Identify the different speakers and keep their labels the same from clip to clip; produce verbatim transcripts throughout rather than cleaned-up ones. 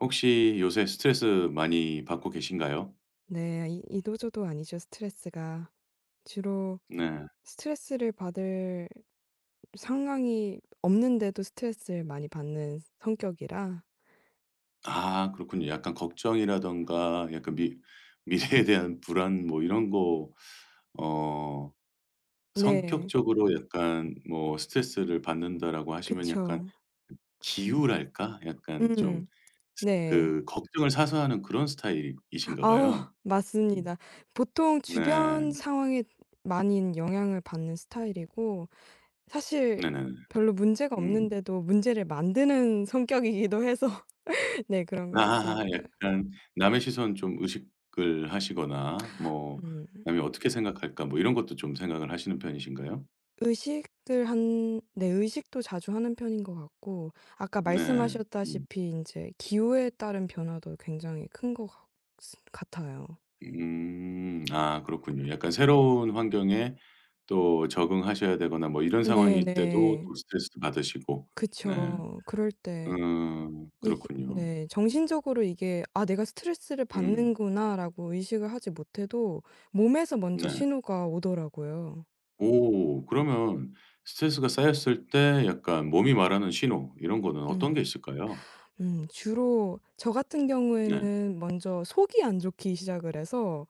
Speaker 1: 혹시 요새 스트레스 많이 받고 계신가요?
Speaker 2: 네. 이 이도저도 아니죠 스트레스가. 주로
Speaker 1: 네.
Speaker 2: 스트레스를 받을 상황이 없는데도 스트레스를 많이 받는 성격이라.
Speaker 1: 아 그렇군요. 약간 걱정이라든가 약간 미 미래에 대한 불안 뭐 이런 거 어
Speaker 2: 네.
Speaker 1: 성격적으로 약간 뭐 스트레스를 받는다라고 하시면 약간
Speaker 2: 그쵸.
Speaker 1: 기우랄까? 약간 좀
Speaker 2: 음. 네.
Speaker 1: 그 걱정을 사서 하는 그런
Speaker 2: 아
Speaker 1: 스타일이신가 봐요. 음.
Speaker 2: 맞습니다. 보통
Speaker 1: 네.
Speaker 2: 주변 상황에 많이 영향을 받는 스타일이고, 사실
Speaker 1: 네네네.
Speaker 2: 별로 문제가
Speaker 1: 음.
Speaker 2: 없는데도 문제를 만드는 성격이기도 해서 네, 그런 것
Speaker 1: 아
Speaker 2: 같습니다.
Speaker 1: 약간 남의 시선 좀 의식을 하시거나 뭐
Speaker 2: 음.
Speaker 1: '남이 어떻게 생각할까?' 뭐 이런 것도 좀 생각을 하시는 편이신가요?
Speaker 2: 의식을 한 네, 의식도 자주 하는 편인 것 같고, 아까
Speaker 1: 네. 음.
Speaker 2: 말씀하셨다시피 이제 기호에 따른 변화도 굉장히 큰 것 같 같아요.
Speaker 1: 음. 아 그렇군요. 약간 새로운 환경에 또 적응하셔야 되거나 뭐 이런 상황일 때도
Speaker 2: 네네.
Speaker 1: 또 스트레스 받으시고. 네.
Speaker 2: 그쵸. 그럴 때
Speaker 1: 음.
Speaker 2: 이게
Speaker 1: 그렇군요.
Speaker 2: 네, 정신적으로 이게 '아 내가 스트레스를
Speaker 1: 음.
Speaker 2: 받는구나.'라고 의식을 하지 못해도 몸에서 먼저
Speaker 1: 네.
Speaker 2: 신호가 오더라고요.
Speaker 1: 오 그러면 스트레스가 쌓였을 때 약간 몸이 말하는 신호 이런 거는 어떤 게
Speaker 2: 음.
Speaker 1: 있을까요?
Speaker 2: 음 주로 저 같은
Speaker 1: 네.
Speaker 2: 경우에는 먼저 속이 안 좋기 시작을 해서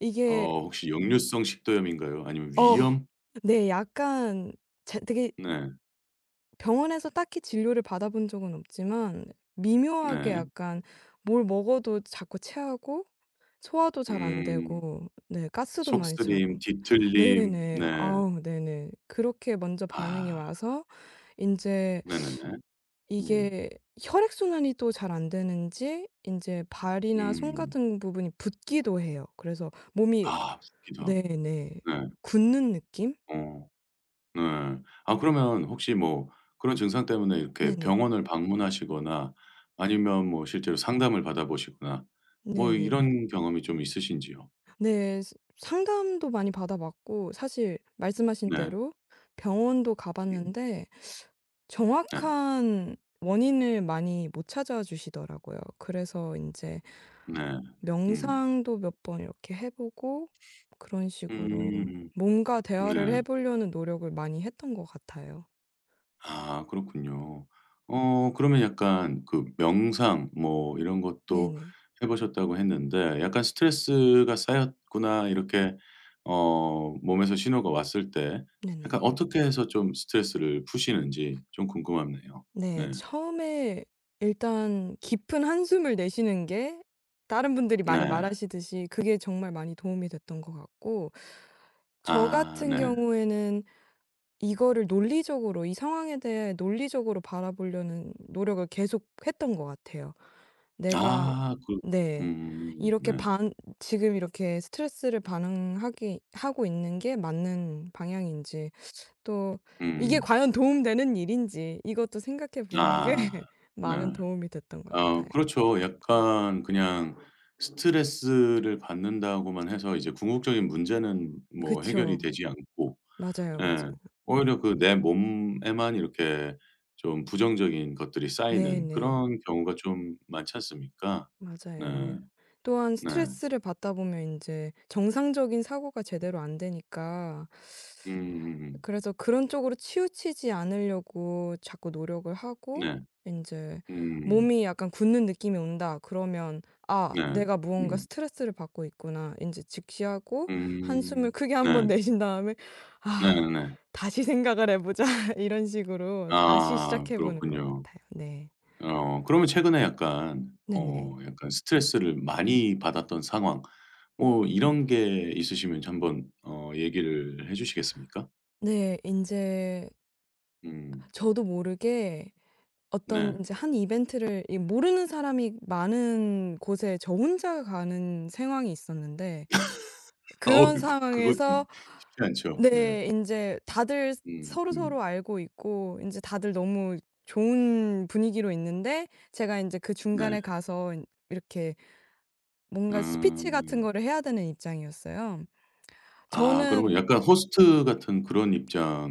Speaker 2: 이게
Speaker 1: 어 혹시 역류성 식도염인가요? 아니면
Speaker 2: 어.
Speaker 1: 위염?
Speaker 2: 네. 약간 제 되게
Speaker 1: 네.
Speaker 2: 병원에서 딱히 진료를 받아본 적은 없지만 미묘하게
Speaker 1: 네.
Speaker 2: 약간 뭘 먹어도 자꾸 체하고 소화도 잘 안
Speaker 1: 음.
Speaker 2: 되고 네 가스도 많이 차고.
Speaker 1: 속쓰림, 뒤틀림.
Speaker 2: 네네.
Speaker 1: 네.
Speaker 2: 아우 네네. 그렇게 먼저 반응이
Speaker 1: 아.
Speaker 2: 와서 인제
Speaker 1: 네네네. 음.
Speaker 2: 이게 혈액 순환이 또 잘 안 되는지 인제 발이나 손
Speaker 1: 음.
Speaker 2: 같은 부분이 붓기도 해요. 그래서 몸이
Speaker 1: 아 붓기도 하고.
Speaker 2: 네네,
Speaker 1: 네.
Speaker 2: 굳는 느낌?
Speaker 1: 어. 네. 아 그러면 혹시 뭐 그런 증상 때문에 이렇게
Speaker 2: 네네.
Speaker 1: 병원을 방문하시거나 아니면 뭐 실제로 상담을 받아 보시거나 뭐
Speaker 2: 네네.
Speaker 1: 이런 경험이 좀 있으신지요?
Speaker 2: 네. 스 상담도 많이 받아 봤고, 사실 말씀하신
Speaker 1: 네.
Speaker 2: 대로 병원도 가
Speaker 1: 음.
Speaker 2: 봤는데
Speaker 1: 네.
Speaker 2: 정확한 원인을 많이 못 찾아 주시더라고요. 그래서 이제
Speaker 1: 네. 음.
Speaker 2: 명상도 몇 번 이렇게 해 보고, 그런 식으로
Speaker 1: 음.
Speaker 2: 뭔가 대화를
Speaker 1: 네.
Speaker 2: 해 보려는 노력을 많이 했던 것 같아요.
Speaker 1: 아 그렇군요. 어 그러면 약간 그 명상 뭐 이런 것도
Speaker 2: 네네.
Speaker 1: 해 보셨다고 했는데 약간 '스트레스가 쌓였구나.' 이렇게 어 몸에서 신호가 왔을 때 약간 음.
Speaker 2: 네네.
Speaker 1: 어떻게 해서 좀 스트레스를 푸시는지 좀 궁금하네요.
Speaker 2: 네.
Speaker 1: 네.
Speaker 2: 처음에 일단 깊은 한숨을 내쉬는 게, 다른 분들이 많이
Speaker 1: 네.
Speaker 2: 말하시듯이 그게 정말 많이 도움이 됐던 것 같고, 저
Speaker 1: 아
Speaker 2: 같은
Speaker 1: 네.
Speaker 2: 경우에는 이거를 논리적으로 이 상황에 대해 논리적으로 바라보려는 노력을 계속 했던 것 같아요. 내가
Speaker 1: 아 그
Speaker 2: 네,
Speaker 1: 음 네.
Speaker 2: 이렇게 반 지금 이렇게 스트레스를 반응하기 하고 있는 게 맞는 방향인지, 또 이게
Speaker 1: 음.
Speaker 2: 과연 도움되는 일인지 이것도 생각해 보는 게
Speaker 1: 아 네.
Speaker 2: 많은 도움이 됐던 것
Speaker 1: 아
Speaker 2: 같아요.
Speaker 1: 그렇죠. 약간 그냥 스트레스를 받는다고만 해서 이제 궁극적인 문제는 뭐 해결이
Speaker 2: 그쵸.
Speaker 1: 되지 않고
Speaker 2: 맞아요,
Speaker 1: 예.
Speaker 2: 맞아요.
Speaker 1: 오히려 그 내 몸에만 이렇게 좀 부정적인 것들이 쌓이는
Speaker 2: 네네.
Speaker 1: 그런 경우가 좀 많지 않습니까?
Speaker 2: 맞아요.
Speaker 1: 네.
Speaker 2: 또한
Speaker 1: 네.
Speaker 2: 스트레스를 받다 보면 이제 정상적인 사고가 제대로 안 되니까,
Speaker 1: 음음음.
Speaker 2: 그래서 그런 쪽으로 치우치지 않으려고 자꾸 노력을 하고,
Speaker 1: 네.
Speaker 2: 이제
Speaker 1: 음.
Speaker 2: 몸이 약간 굳는 느낌이 온다 그러면 '아
Speaker 1: 네.
Speaker 2: 내가 무언가
Speaker 1: 음.
Speaker 2: 스트레스를 받고 있구나.' 이제 직시하고 한숨을
Speaker 1: 음.
Speaker 2: 크게 한번
Speaker 1: 네.
Speaker 2: 내쉰 다음에 '아
Speaker 1: 네네네.
Speaker 2: 다시 생각을 해 보자.' 이런 식으로 다시
Speaker 1: 아
Speaker 2: 시작해 보는 것
Speaker 1: 그렇군요.
Speaker 2: 같아요. 네.
Speaker 1: 어 그러면 최근에 약간
Speaker 2: 네네.
Speaker 1: 어 약간 스트레스를 많이 받았던 상황 뭐 이런 게 있으시면 한번 어 얘기를 해 주시겠습니까?
Speaker 2: 네. 제
Speaker 1: 음
Speaker 2: 저도 모르게
Speaker 1: 네.
Speaker 2: 어떤 이제 한 이벤트를 이 모르는 사람이 많은 곳에 저 혼자 가는 상황이 있었는데, 그런
Speaker 1: 어이구 그거 좀
Speaker 2: 상황에서
Speaker 1: 쉽지 않죠. 네.
Speaker 2: 네, 인제 다들
Speaker 1: 음 음.
Speaker 2: 서로서로 알고 있고 인제 다들 너무 좋은 분위기로 있는데 제가 인제 그
Speaker 1: 네.
Speaker 2: 중간에 가서 인 이렇게 뭔가 스피치 같은
Speaker 1: 음.
Speaker 2: 거를 해야 되는 입장이었어요.
Speaker 1: 아 그러면
Speaker 2: 저는
Speaker 1: 약간 호스트 같은 그런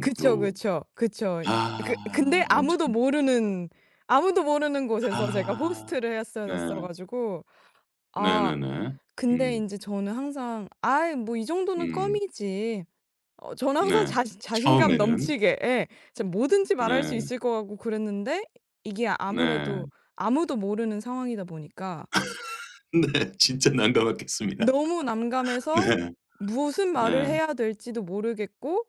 Speaker 2: 그쵸, 그쵸. 그쵸. 그
Speaker 1: 아
Speaker 2: 근데
Speaker 1: 엄청
Speaker 2: 아무도 모르는 아무도 모르는 곳에서 제가
Speaker 1: 아
Speaker 2: 호스트를 했어야
Speaker 1: 네.
Speaker 2: 됐어 가지고 아
Speaker 1: 네네네.
Speaker 2: 근데
Speaker 1: 음.
Speaker 2: 인제 저는 항상 '아이 뭐 이 정도는
Speaker 1: 음.
Speaker 2: 껌이지.' 어 저는 항상
Speaker 1: 네.
Speaker 2: 자신 자신감
Speaker 1: 처음에는.
Speaker 2: 넘치게 예. 진짜 뭐든지 말할 수
Speaker 1: 네.
Speaker 2: 있을 것 같고 그랬는데, 이게
Speaker 1: 네.
Speaker 2: 아무래도 아무도 모르는 상황이다 보니까
Speaker 1: 네. 진짜 난감했겠습니다.
Speaker 2: 너무 난감해서
Speaker 1: 네.
Speaker 2: 무슨 말을
Speaker 1: 네.
Speaker 2: 해야 될지도 모르겠고,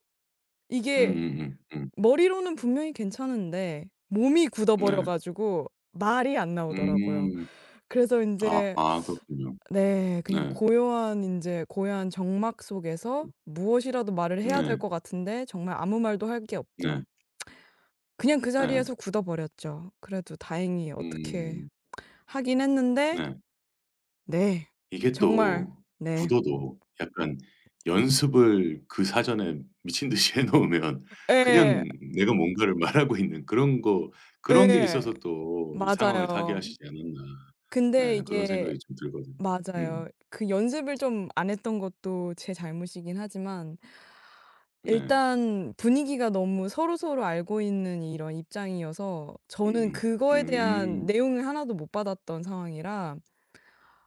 Speaker 2: 이게
Speaker 1: 음음음. 음.
Speaker 2: 머리로는 분명히 괜찮은데 몸이 굳어버려
Speaker 1: 네.
Speaker 2: 가지고 말이 안 나오더라고요.
Speaker 1: 음.
Speaker 2: 그래서
Speaker 1: 아
Speaker 2: 인제
Speaker 1: 아 그렇군요.
Speaker 2: 네. 그냥
Speaker 1: 네.
Speaker 2: 고요한 인제 고요한 정막 속에서
Speaker 1: 음.
Speaker 2: 무엇이라도 말을 해야 될
Speaker 1: 네.
Speaker 2: 것 같은데 정말 아무 말도 할 게 없고
Speaker 1: 네.
Speaker 2: 그냥 그
Speaker 1: 네.
Speaker 2: 자리에서 굳어버렸죠. 그래도 다행히 어떻게
Speaker 1: 음.
Speaker 2: 하긴 했는데
Speaker 1: 네.
Speaker 2: 네.
Speaker 1: 이게
Speaker 2: 정말
Speaker 1: 또
Speaker 2: 네.
Speaker 1: 구도도 약간 연습을 그 사전에 미친 듯이 해 놓으면
Speaker 2: 예.
Speaker 1: 그냥 내가 뭔가를 말하고 있는 그런 거 그런 게
Speaker 2: 예.
Speaker 1: 있어서 또 이 상황을
Speaker 2: 맞아요.
Speaker 1: 타개하시지 않았나
Speaker 2: 근데
Speaker 1: 네 그런
Speaker 2: 이게
Speaker 1: 생각이 좀 들거든요. 음.
Speaker 2: 맞아요. 그 연습을 좀 안 했던 것도 제 잘못이긴 하지만
Speaker 1: 네.
Speaker 2: 일단 분위기가 너무 서로서로 알고 있는 이런 입장이어서 저는
Speaker 1: 음음.
Speaker 2: 그거에
Speaker 1: 음.
Speaker 2: 대한
Speaker 1: 음.
Speaker 2: 내용을 하나도 못 받았던 상황이라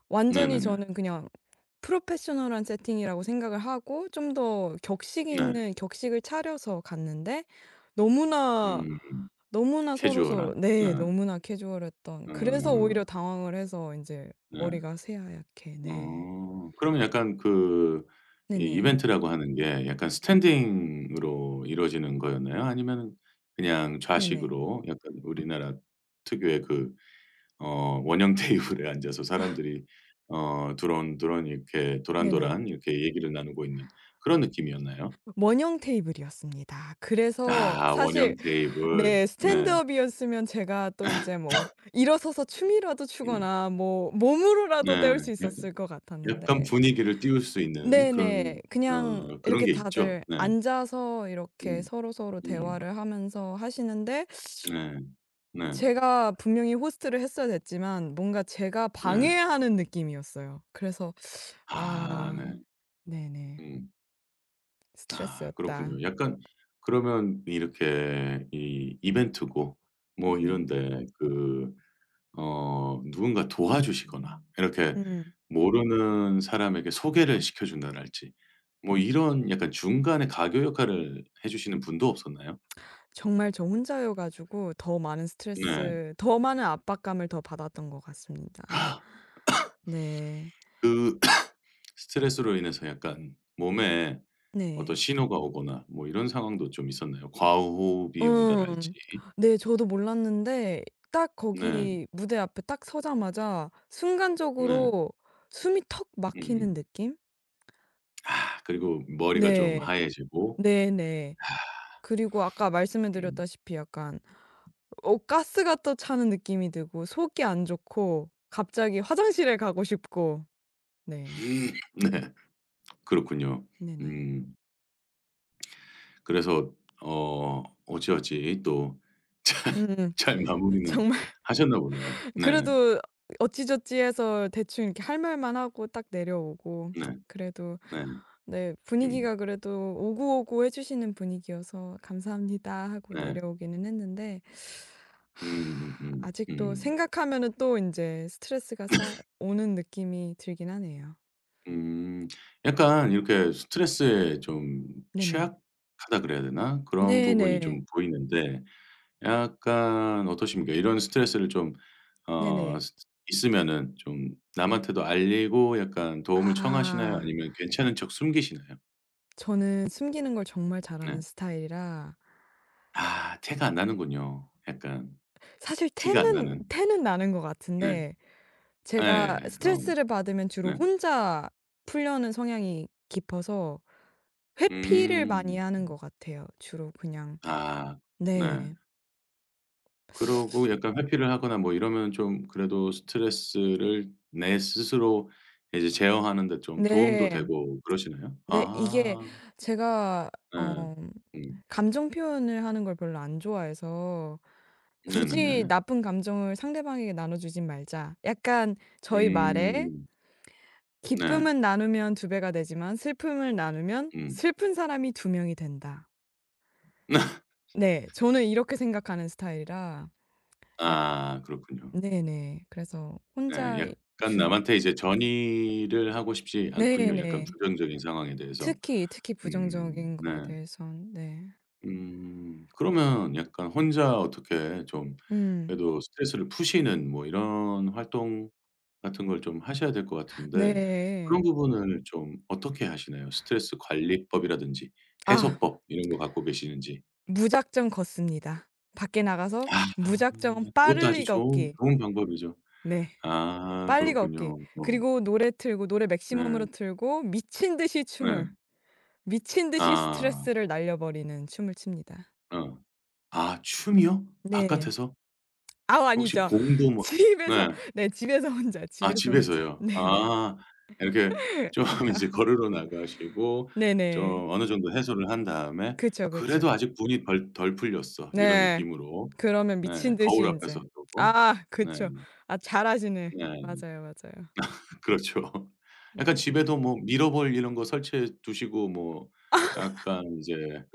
Speaker 2: 완전히
Speaker 1: 네네네.
Speaker 2: 저는 그냥 프로페셔널한 세팅이라고 생각을 하고 좀 더 격식
Speaker 1: 네.
Speaker 2: 있는 격식을 차려서 갔는데 너무나
Speaker 1: 음
Speaker 2: 너무나
Speaker 1: 캐주얼한.
Speaker 2: 서로서로
Speaker 1: 네.
Speaker 2: 네 너무나 캐주얼했던, 그래서 오히려
Speaker 1: 어
Speaker 2: 당황을 해서 인제
Speaker 1: 네.
Speaker 2: 머리가 새하얗게 네.
Speaker 1: 어 그러면 약간 그 이
Speaker 2: 네네.
Speaker 1: 이벤트라고 하는 게 약간 스탠딩으로 이루어지는 거였나요? 아니면은 그냥
Speaker 2: 네네.
Speaker 1: 좌식으로 약간 우리나라 특유의 그 어 원형 테이블에 앉아서 사람들이 어 두런두런 이렇게
Speaker 2: 네네.
Speaker 1: 도란도란 이렇게 얘기를 나누고 있는 그런 느낌이었나요?
Speaker 2: 원형 테이블이었습니다. 그래서
Speaker 1: 아 원형
Speaker 2: 사실
Speaker 1: 테이블.
Speaker 2: 네.
Speaker 1: 네.
Speaker 2: 스탠드업이었으면 제가 또 인제 뭐 일어서서 춤이라도
Speaker 1: 음.
Speaker 2: 추거나 뭐 몸으로라도
Speaker 1: 네.
Speaker 2: 때울 수
Speaker 1: 약간
Speaker 2: 있었을 것
Speaker 1: 약간
Speaker 2: 같았는데
Speaker 1: 분위기를 띄울 수 있는 그런
Speaker 2: 네네, 그냥
Speaker 1: 어 그런
Speaker 2: 이렇게
Speaker 1: 게 있죠.
Speaker 2: 다들
Speaker 1: 네.
Speaker 2: 앉아서 이렇게
Speaker 1: 음.
Speaker 2: 서로서로
Speaker 1: 음.
Speaker 2: 대화를 하면서 하시는데
Speaker 1: 네. 네.
Speaker 2: 제가 분명히 호스트를 했어야 됐지만 뭔가 제가
Speaker 1: 네.
Speaker 2: 방해하는 느낌이었어요. 그래서
Speaker 1: 아
Speaker 2: 아
Speaker 1: 네.
Speaker 2: 네네.
Speaker 1: 음. 아
Speaker 2: 스트레스였다.
Speaker 1: 그렇군요. 약간 그러면 이렇게 이 이벤트고 뭐 이런
Speaker 2: 네네.
Speaker 1: 데 그 어 누군가 도와주시거나 이렇게
Speaker 2: 음.
Speaker 1: 모르는 사람에게 소개를 시켜 준다랄지 뭐 이런 약간 중간에 가교 역할을 해 주시는 분도 없었나요?
Speaker 2: 정말 저 혼자여 가지고 더 많은
Speaker 1: 네.
Speaker 2: 스트레스, 더 많은 압박감을 더 받았던 것 같습니다. 네.
Speaker 1: 그 스트레스로 인해서 약간 몸에 어떤
Speaker 2: 네.
Speaker 1: 신호가 오거나 뭐 이런 상황도 좀 있었나요? 과호흡이 온다랄지.
Speaker 2: 음. 네 저도 몰랐는데 딱
Speaker 1: 네.
Speaker 2: 거기 무대 앞에 딱 서자마자
Speaker 1: 네.
Speaker 2: 순간적으로 숨이 턱 막히는
Speaker 1: 음.
Speaker 2: 느낌?
Speaker 1: 아 그리고 머리가 좀
Speaker 2: 네.
Speaker 1: 하얘지고
Speaker 2: 네네.
Speaker 1: 아
Speaker 2: 그리고 아까 말씀해
Speaker 1: 음.
Speaker 2: 드렸다시피 약간 어 가스가 또 차는 느낌이 들고 속이 안 좋고 갑자기 화장실에 가고 싶고. 네.
Speaker 1: 음. 네. 그렇군요.
Speaker 2: 네네.
Speaker 1: 음. 그래서 어 어찌어찌 또 잘
Speaker 2: 음.
Speaker 1: 잘 마무리는
Speaker 2: 정말
Speaker 1: 하셨나 보네요. 네.
Speaker 2: 그래도 어찌저찌 해서 대충 이렇게 할 말만 하고 딱 내려오고
Speaker 1: 네.
Speaker 2: 그래도
Speaker 1: 네.
Speaker 2: 네
Speaker 1: 음.
Speaker 2: 분위기가 그래도 오구오구 해 주시는 분위기여서 "감사합니다." 하고
Speaker 1: 네.
Speaker 2: 내려오기는 했는데
Speaker 1: 음음음.
Speaker 2: 하,
Speaker 1: 음. 음,
Speaker 2: 아직도
Speaker 1: 음.
Speaker 2: 생각하면은 또 이제 스트레스가 쌓여 오는 느낌이 들긴 하네요.
Speaker 1: 음. 약간 이렇게 스트레스에 좀
Speaker 2: 네네.
Speaker 1: 취약하다 그래야 되나? 그런 부분이
Speaker 2: 네네.
Speaker 1: 좀 보이는데 약간 어떠십니까? 이런 스트레스를 좀 어
Speaker 2: 네네.
Speaker 1: 스 있으면은 좀 남한테도 알리고 약간 도움을 청하시나요?
Speaker 2: 아
Speaker 1: 아니면 괜찮은 척 숨기시나요?
Speaker 2: 저는 숨기는 걸 정말
Speaker 1: 네.
Speaker 2: 잘하는 스타일이라
Speaker 1: 아 티가 안 나는군요. 약간
Speaker 2: 사실
Speaker 1: 티가 안
Speaker 2: 태는
Speaker 1: 나는.
Speaker 2: 태는 나는 것
Speaker 1: 네.
Speaker 2: 같은데, 제가
Speaker 1: 네, 어
Speaker 2: 스트레스를 받으면 주로
Speaker 1: 네.
Speaker 2: 혼자 풀려는 성향이 깊어서 회피를 많이
Speaker 1: 음.
Speaker 2: 하는 것 같아요. 주로 그냥
Speaker 1: 아 네.
Speaker 2: 네.
Speaker 1: 그러고 약간 회피를 하거나 뭐 이러면 좀 그래도 스트레스를 내 스스로 이제 제어하는 데 좀 도움도
Speaker 2: 네.
Speaker 1: 되고 그러시나요?
Speaker 2: 네. 이게
Speaker 1: 아
Speaker 2: 제가
Speaker 1: 네.
Speaker 2: 어
Speaker 1: 음.
Speaker 2: 감정 표현을 하는 걸 별로 안 좋아해서 '굳이
Speaker 1: 네네네.
Speaker 2: 나쁜 감정을 상대방에게 나눠주진 말자.' 약간 저희 말에
Speaker 1: 음. 네.
Speaker 2: '기쁨은 나누면 두 배가 되지만 슬픔을 나누면
Speaker 1: 음.
Speaker 2: 슬픈 사람이 두 명이 된다.' 네. 저는 이렇게 생각하는 스타일이라 약
Speaker 1: 아 그렇군요.
Speaker 2: 네네. 그래서
Speaker 1: 네.
Speaker 2: 혼자 이
Speaker 1: 약간
Speaker 2: 주로
Speaker 1: 남한테 이제 전의를 하고 싶지 않군요, 약간
Speaker 2: 네네.
Speaker 1: 부정적인 상황에 대해서.
Speaker 2: 특히, 특히
Speaker 1: 음.
Speaker 2: 부정적인
Speaker 1: 네.
Speaker 2: 거에 대해선 네.
Speaker 1: 음. 그러면 약간 혼자 어떻게 좀
Speaker 2: 음.
Speaker 1: 그래도 스트레스를 푸시는 뭐 이런 활동 같은 걸 좀 하셔야 될 것 같은데
Speaker 2: 네.
Speaker 1: 그런 부분을 좀 어떻게 하시나요? 스트레스 관리법이라든지
Speaker 2: 아
Speaker 1: 해소법 이런 거 갖고 계시는지.
Speaker 2: 무작정 걷습니다. 밖에 나가서
Speaker 1: 아
Speaker 2: 무작정
Speaker 1: 그것도 아주
Speaker 2: 빠르게
Speaker 1: 좋은
Speaker 2: 걷기.
Speaker 1: 좋은 방법이죠.
Speaker 2: 네.
Speaker 1: 아
Speaker 2: 빨리 걷기.
Speaker 1: 그렇군요. 어.
Speaker 2: 그리고 노래 틀고 노래
Speaker 1: 네.
Speaker 2: 맥시멈으로 틀고 미친 듯이
Speaker 1: 네.
Speaker 2: 춤을, 미친 듯이
Speaker 1: 아.
Speaker 2: 스트레스를 날려버리는 춤을 춥니다.
Speaker 1: 어. 아 춤이요?
Speaker 2: 네.
Speaker 1: 바깥에서?
Speaker 2: 아우
Speaker 1: 혹시
Speaker 2: 아니죠.
Speaker 1: 공도 뭐
Speaker 2: 집에서
Speaker 1: 네.
Speaker 2: 네 집에서 혼자,
Speaker 1: 아
Speaker 2: 집에서 혼자.
Speaker 1: 집에서요.
Speaker 2: 네네.
Speaker 1: 아. 이렇게 좀 이제 걸으러 나가시고
Speaker 2: 네네.
Speaker 1: 좀 어느 정도 해소를 한 다음에
Speaker 2: 그쵸, 그쵸.
Speaker 1: '그래도 아직 분이 덜 덜 풀렸어.' 이런
Speaker 2: 네.
Speaker 1: 느낌으로
Speaker 2: 그러면
Speaker 1: 네
Speaker 2: 미친 듯이
Speaker 1: 거울 앞에서
Speaker 2: 인제
Speaker 1: 두고
Speaker 2: 아
Speaker 1: 네
Speaker 2: 그쵸. 아 잘하시네.
Speaker 1: 네.
Speaker 2: 맞아요, 맞아요.
Speaker 1: 그렇죠. 약간
Speaker 2: 네네.
Speaker 1: 집에도 뭐 미러볼 이런 거 설치해 두시고 뭐 약간 이제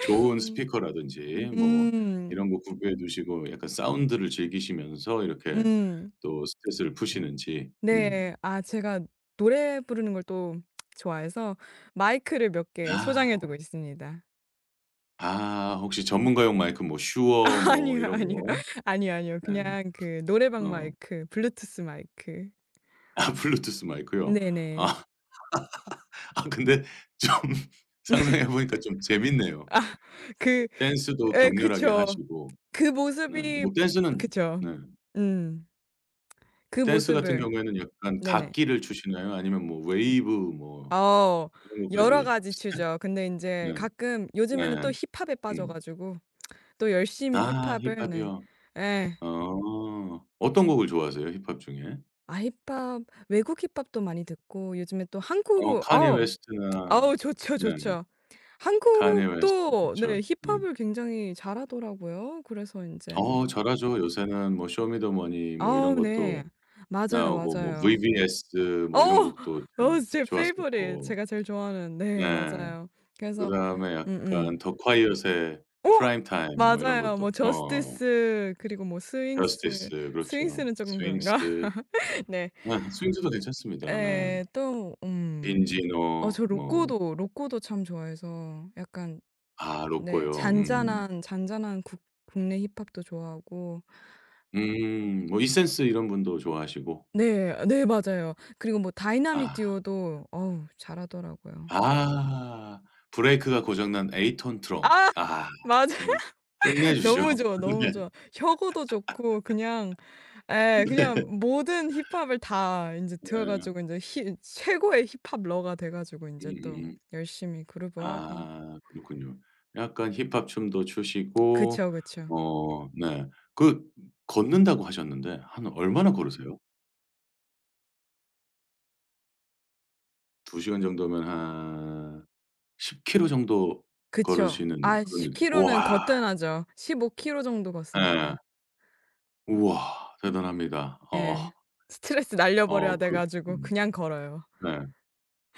Speaker 1: 좋은
Speaker 2: 음.
Speaker 1: 스피커라든지 뭐 이런 거 구비해 두시고 약간 사운드를 즐기시면서 이렇게
Speaker 2: 음.
Speaker 1: 또 스트레스를 푸시는지 음.
Speaker 2: 네. 아 제가 노래 부르는 걸 또 좋아해서 마이크를 몇 개
Speaker 1: 아.
Speaker 2: 소장해 두고 있습니다.
Speaker 1: 아 혹시 전문가용 마이크 뭐 슈어 뭐
Speaker 2: 아니요,
Speaker 1: 이런
Speaker 2: 아니요.
Speaker 1: 거.
Speaker 2: 아니요, 아니요.
Speaker 1: 네.
Speaker 2: 그냥 그 노래방
Speaker 1: 어.
Speaker 2: 마이크, 블루투스 마이크.
Speaker 1: 아 블루투스 마이크요?
Speaker 2: 네네.
Speaker 1: 아. 아 근데 좀 상상해 보니까 좀 재밌네요.
Speaker 2: 아 그
Speaker 1: 댄스도
Speaker 2: 예
Speaker 1: 격렬하게
Speaker 2: 그쵸.
Speaker 1: 하시고.
Speaker 2: 그
Speaker 1: 네.
Speaker 2: 모습이
Speaker 1: 뭐 댄스는
Speaker 2: 그쵸.
Speaker 1: 네.
Speaker 2: 음. 그
Speaker 1: 댄스 같은
Speaker 2: 모습을
Speaker 1: 경우에는 약간
Speaker 2: 네네.
Speaker 1: 각기를 추시나요? 아니면 뭐 웨이브 뭐
Speaker 2: 어
Speaker 1: 이런
Speaker 2: 여러
Speaker 1: 것까지?
Speaker 2: 가지 추죠. 근데 인제
Speaker 1: 네.
Speaker 2: 가끔 요즘에는
Speaker 1: 네.
Speaker 2: 또 힙합에 빠져
Speaker 1: 음.
Speaker 2: 가지고 또 열심히
Speaker 1: 아
Speaker 2: 힙합을 네.
Speaker 1: 힙합이요.
Speaker 2: 예.
Speaker 1: 어. 어떤 곡을 좋아하세요? 힙합 중에?
Speaker 2: 아 힙합 외국 힙합도 많이 듣고 요즘에 또
Speaker 1: 어
Speaker 2: 한국
Speaker 1: 카니에
Speaker 2: 어우
Speaker 1: 웨스트나
Speaker 2: 어우 좋죠,
Speaker 1: 네네.
Speaker 2: 좋죠.
Speaker 1: 카anye 웨스트
Speaker 2: 한국도
Speaker 1: 좋죠.
Speaker 2: 네
Speaker 1: 네.
Speaker 2: 힙합을 굉장히 잘하더라고요. 그래서 인제
Speaker 1: 어
Speaker 2: 뭐
Speaker 1: 잘하죠. 요새는 뭐 쇼미더머니 뭐 이런
Speaker 2: 아우
Speaker 1: 것도
Speaker 2: 네. 맞아요,
Speaker 1: 나오고 뭐
Speaker 2: 맞아요.
Speaker 1: 브이브이에스
Speaker 2: 어.
Speaker 1: 뭐 이런 곡도
Speaker 2: 어
Speaker 1: 참
Speaker 2: 제 페이보릿.
Speaker 1: 좋았었고.
Speaker 2: 제가 제일 좋아하는 네
Speaker 1: 네.
Speaker 2: 맞아요. 그래서
Speaker 1: 그다음에 약간
Speaker 2: 음음.
Speaker 1: 더 콰이엇의
Speaker 2: 어
Speaker 1: 프라임 타임 뭐 이런
Speaker 2: 맞아요.
Speaker 1: 것도
Speaker 2: 뭐
Speaker 1: 어
Speaker 2: 저스티스 그리고 뭐 스윙스,
Speaker 1: 저스티스 그렇죠.
Speaker 2: 스윙스는 쪼끔 그런가?
Speaker 1: 스윙스.
Speaker 2: 네.
Speaker 1: 아 스윙스도 괜찮습니다. 네.
Speaker 2: 예. 또 음 어
Speaker 1: 빈지노
Speaker 2: 저
Speaker 1: 뭐
Speaker 2: 로꼬도, 로꼬도 참 좋아해서 약간
Speaker 1: 아
Speaker 2: 네
Speaker 1: 로꼬요. 음.
Speaker 2: 잔잔한, 잔잔한 국 국내 힙합도 좋아하고.
Speaker 1: 음
Speaker 2: 음
Speaker 1: 뭐 이센스 이런 분도 좋아하시고.
Speaker 2: 네. 네 맞아요. 그리고 뭐 다이나믹
Speaker 1: 아.
Speaker 2: 듀오도 어우 잘하더라고요.
Speaker 1: 아. 브레이크가 고장난 에이톤 트럭.
Speaker 2: 아
Speaker 1: 아
Speaker 2: 맞아요.
Speaker 1: 정말 끝내주죠.
Speaker 2: 너무 좋아, 너무
Speaker 1: 네.
Speaker 2: 좋아. 혁어도 좋고 그냥 에,
Speaker 1: 네.
Speaker 2: 그냥 모든 힙합을 다 인제 들어
Speaker 1: 네.
Speaker 2: 가지고 인제 히 최고의 힙합 러가 돼 가지고 인제 또
Speaker 1: 음음음.
Speaker 2: 열심히 그루브하고.
Speaker 1: 아 그렇군요. 약간 힙합 춤도 추시고
Speaker 2: 그쵸, 그쵸.
Speaker 1: 어 네. 그 걷는다고 하셨는데 한 얼마나 걸으세요? 두 시간 정도면 한 십 킬로 정도
Speaker 2: 그쵸.
Speaker 1: 걸으시는
Speaker 2: 아
Speaker 1: 그런
Speaker 2: 십
Speaker 1: 느낌
Speaker 2: 킬로는
Speaker 1: 우와.
Speaker 2: 거뜬하죠. 십오 킬로 정도
Speaker 1: 예.
Speaker 2: 걷습니다.
Speaker 1: 우와 대단합니다. 어.
Speaker 2: 예. 스트레스 날려 버려야
Speaker 1: 어
Speaker 2: 돼
Speaker 1: 그
Speaker 2: 가지고
Speaker 1: 음
Speaker 2: 그냥 걸어요.
Speaker 1: 네.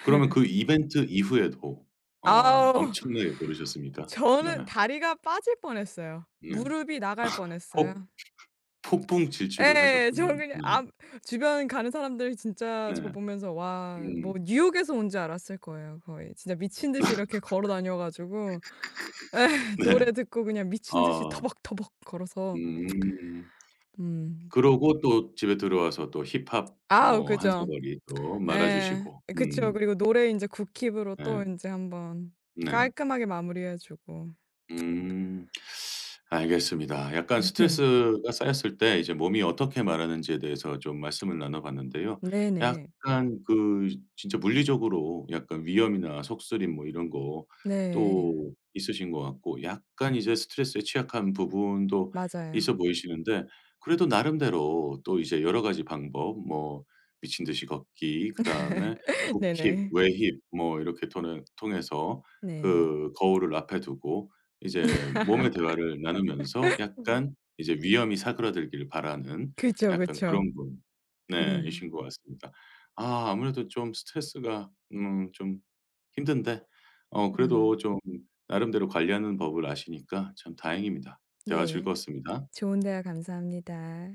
Speaker 1: 그러면 그 이벤트 이후에도 어
Speaker 2: 아우
Speaker 1: 엄청나게 벌으셨습니까? 네.
Speaker 2: 저는 다리가 빠질 뻔했어요.
Speaker 1: 네.
Speaker 2: 무릎이 나갈 뻔했어요.
Speaker 1: 폭 폭풍 질주를
Speaker 2: 예. 저
Speaker 1: 하셨군요.
Speaker 2: 그냥
Speaker 1: 네.
Speaker 2: 아 주변 가는 사람들 진짜
Speaker 1: 네.
Speaker 2: 저 보면서 와 뭐
Speaker 1: 음.
Speaker 2: 뉴욕에서 온 줄 알았을 거예요 거의. 진짜 미친 듯이 이렇게 걸어 다녀 가지고 예
Speaker 1: 네.
Speaker 2: 노래 듣고 그냥 미친 듯이
Speaker 1: 아.
Speaker 2: 터벅터벅 걸어서.
Speaker 1: 음.
Speaker 2: 음.
Speaker 1: 그러고 또 집에 들어와서 또 힙합
Speaker 2: 아우
Speaker 1: 뭐 한
Speaker 2: 그죠.
Speaker 1: 사거리 또 말아
Speaker 2: 예.
Speaker 1: 주시고.
Speaker 2: 그쵸.
Speaker 1: 음.
Speaker 2: 그리고 노래 인제 굿킵으로
Speaker 1: 네.
Speaker 2: 또 인제 한번
Speaker 1: 네.
Speaker 2: 깔끔하게 마무리해 주고.
Speaker 1: 음. 알겠습니다. 약간 네. 스트레스가 쌓였을 때 이제 몸이 어떻게 말하는지에 대해서 좀 말씀을 나눠 봤는데요.
Speaker 2: 네네.
Speaker 1: 약간 그 진짜 물리적으로 약간 위염이나 속쓰림 뭐 이런 거
Speaker 2: 네.
Speaker 1: 또 있으신 것 같고 약간 이제 스트레스에 취약한 부분도
Speaker 2: 맞아요.
Speaker 1: 있어 보이시는데 그래도 나름대로 또 이제 여러 가지 방법 뭐 미친 듯이 걷기 그다음에 국힙,
Speaker 2: 네네.
Speaker 1: 외힙 뭐 이렇게 통해- 통해서
Speaker 2: 네네.
Speaker 1: 그 거울을 앞에 두고 이제 몸의 대화를 나누면서 약간 이제 위험이 사그라들기를 바라는
Speaker 2: 그쵸,
Speaker 1: 약간
Speaker 2: 그쵸.
Speaker 1: 그런 분 네
Speaker 2: 음.
Speaker 1: 이신 것 같습니다. 아 아무래도 좀 스트레스가 음 좀 힘든데 어
Speaker 2: 음.
Speaker 1: 그래도 좀 나름대로 관리하는 법을 아시니까 참 다행입니다. 대화
Speaker 2: 네.
Speaker 1: 즐거웠습니다.
Speaker 2: 좋은 대화 감사합니다.